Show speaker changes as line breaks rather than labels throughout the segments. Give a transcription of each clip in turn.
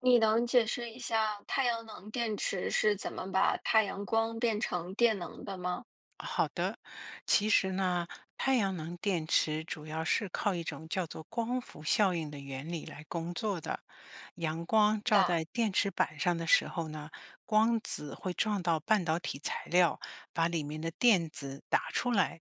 你能解释一下太阳能电池是怎么把太阳光变成电能的吗？
好的，其实呢，太阳能电池主要是靠一种叫做光伏效应的原理来工作的。阳光
是
照
的，
在电池板上的时候呢，光子会撞到半导体材料，把里面的电子打出来。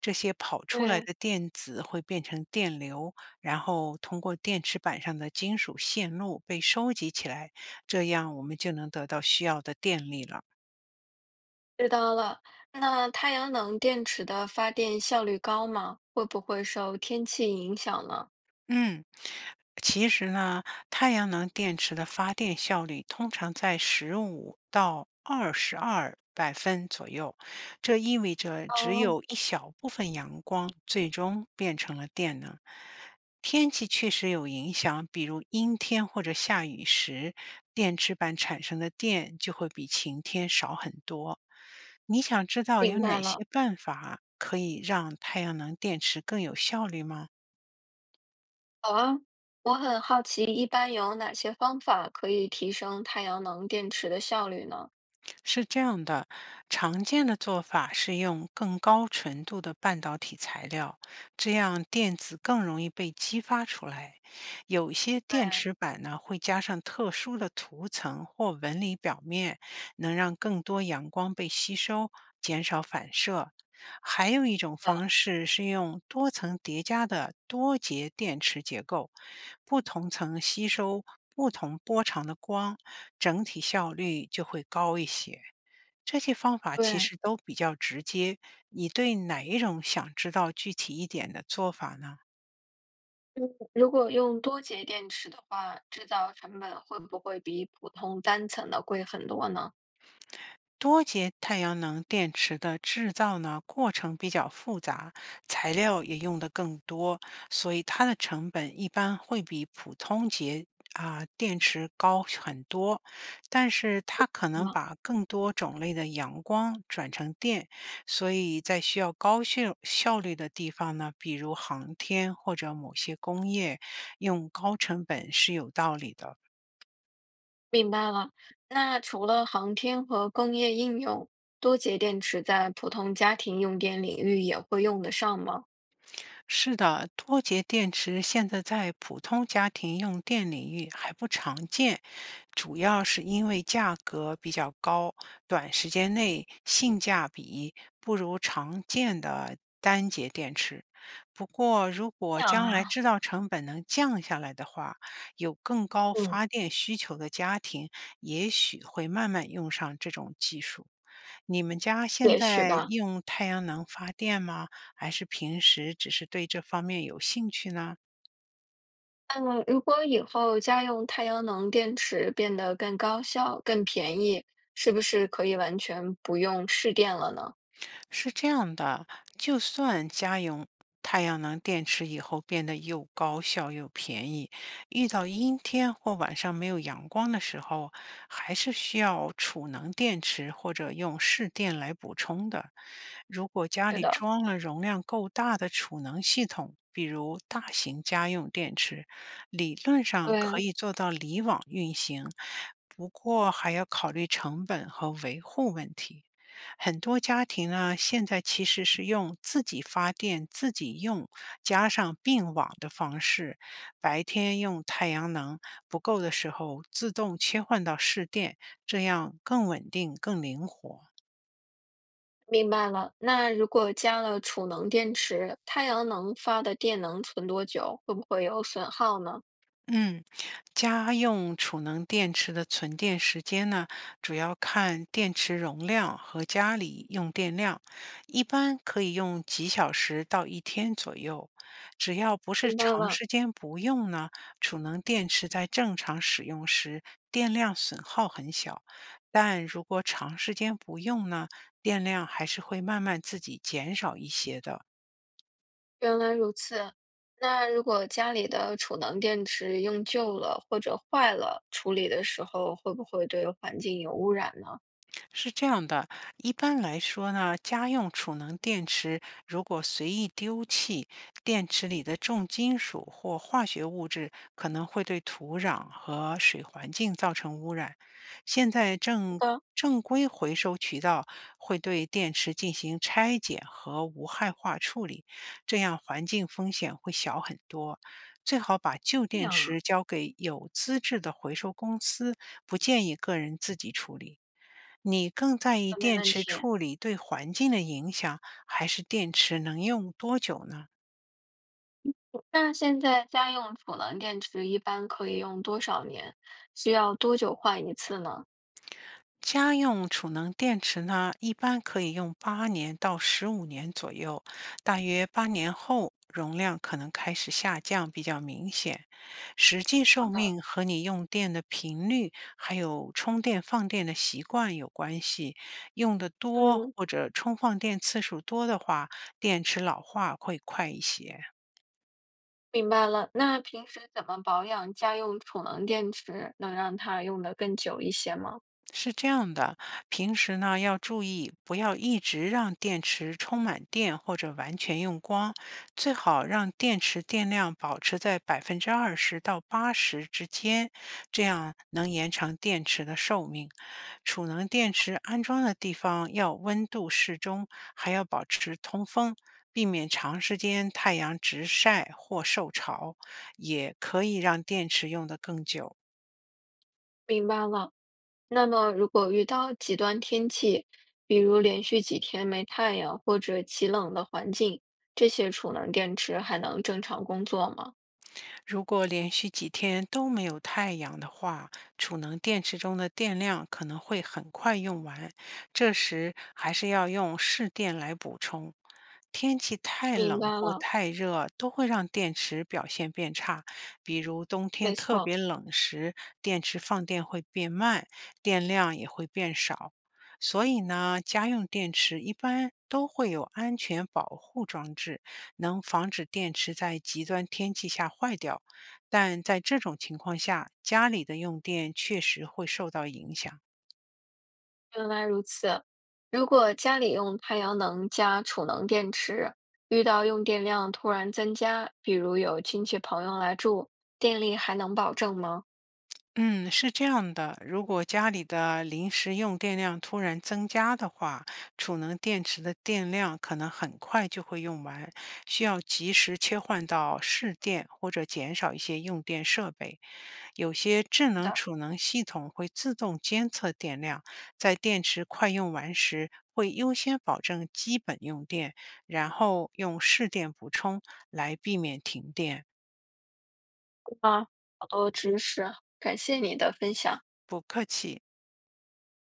这些跑出来
对，
的电子会变成电流，然后通过电池板上的金属线路被收集起来，这样我们就能得到需要的电力了。
知道了。那太阳能电池的发电效率高吗？会不会受天气影响呢？
嗯，其实呢，太阳能电池的发电效率通常在15到22百分左右，这意味着只
哦，
有一小部分阳光最终变成了电能。天气确实有影响，比如阴天或者下雨时，电池板产生的电就会比晴天少很多。你想知道有
明白
哪
了。
些办法可以让太阳能电池更有效率吗？
好啊，我很好奇，一般有哪些方法可以提升太阳能电池的效率呢？
是这样的，常见的做法是用更高纯度的半导体材料，这样电子更容易被激发出来。有一些电
对
池板呢会加上特殊的涂层或纹理表面，能让更多阳光被吸收，减少反射。还有一种
的，
方式是用多层叠加的多节电池结构，不同层吸收不同波长的光，整体效率就会高一些。这些方法其
对，
实都比较直接，你对哪一种想知道具体一点的做法呢？
嗯如果用多节电池的话，制造成本会不会比普通单层的贵很多呢？
多节太阳能电池的制造呢，过程比较复杂，材料也用的更多，所以它的成本一般会比普通电池高很多。但是它可能
了，
把更多种类的阳光转成电，所以在需要高效效率的地方呢，比如航天或者某些工业，用高成本是有道理的。
明白了。那除了航天和工业应用，多节电池在普通家庭用电领域也会用得上吗？
是的，多节电池现在在普通家庭用电领域还不常见，主要是因为价格比较高，短时间内性价比不如常见的单节电池。不过，如
这
果
样
将来
啊，
制造成本能降下来的话，有更高
嗯，
发电需求的家庭也许会慢慢用上这种技术。你们家现
也许
在
吧。
用太阳能发电吗？还是平时只是对这方面有兴趣呢？
嗯，如果以后家用太阳能电池变得更高效、更便宜，是不是可以完全不用试电了呢？
是这样的，就算家用太阳能电池以后变得又高效又便宜，遇到阴天或晚上没有阳光的时候，还是需要储能电池或者用市电来补充的。如果家
是
里
的，
装了容量够大的储能系统，比如大型家用电池，理论上
对，
可以做到离网运行，不过还要考虑成本和维护问题。很多家庭呢，现在其实是用自己发电、自己用，加上并网的方式，白天用太阳能，不够的时候自动切换到市电，这样更稳定、更灵活。
明白了。那如果加了储能电池，太阳能发的电能存多久？会不会有损耗呢？
嗯，家用储能电池的存电时间呢，主要看电池容量和家里用电量，一般可以用几小时到一天左右。只要不是
明白
长
了。
时间不用呢，储能电池在正常使用时电量损耗很小，但如果长时间不用呢，电量还是会慢慢自己减少一些的。
原来如此。那如果家里的储能电池用旧了或者坏了，处理的时候会不会对环境有污染呢？
是这样的，一般来说呢，家用储能电池如果随意丢弃，电池里的重金属或化学物质可能会对土壤和水环境造成污染。现在正
好的，
正规回收渠道会对电池进行拆解和无害化处理，这样环境风险会小很多。最好把旧电池交给有资质的回收公司，不建议个人自己处理。你更在意
那没
电
问
池
题。
处理对环境的影响，还是电池能用多久呢？
那现在家用储能电池一般可以用多少年？需要多久换一次呢？
家用储能电池呢，一般可以用8年到15年左右，大约八年后容量可能开始下降，比较明显。实际寿命和你用电的频率，还有充电放电的习惯有关系。用的多
嗯，
或者充放电次数多的话，电池老化会快一些。
明白了。那平时怎么保养家用储能电池，能让它用得更久一些吗？
是这样的，平时呢要注意，不要一直让电池充满电或者完全用光，最好让电池电量保持在20%到80%之间，这样能延长电池的寿命。储能电池安装的地方要温度适中，还要保持通风。避免长时间太阳直晒或受潮，也可以让电池用得更久。
明白了。那么，如果遇到极端天气，比如连续几天没太阳或者极冷的环境，这些储能电池还能正常工作吗？
如果连续几天都没有太阳的话，储能电池中的电量可能会很快用完，这时还是要用市电来补充。天气太
明
冷
白
或
了，
太热都会让电池表现变差，比如冬天
没
特
错，
别冷时，电池放电会变慢，电量也会变少。所以呢，家用电池一般都会有安全保护装置，能防止电池在极端天气下坏掉，但在这种情况下，家里的用电确实会受到影响。
原来如此。如果家里用太阳能加储能电池，遇到用电量突然增加，比如有亲戚朋友来住，电力还能保证吗？
嗯，是这样的，如果家里的临时用电量突然增加的话，储能电池的电量可能很快就会用完，需要及时切换到市电或者减少一些用电设备。有些
好
智能
的，
储能系统会自动监测电量，在电池快用完时会优先保证基本用电，然后用市电补充来避免停电。
啊，好多知识，感谢你的分享。
不客气。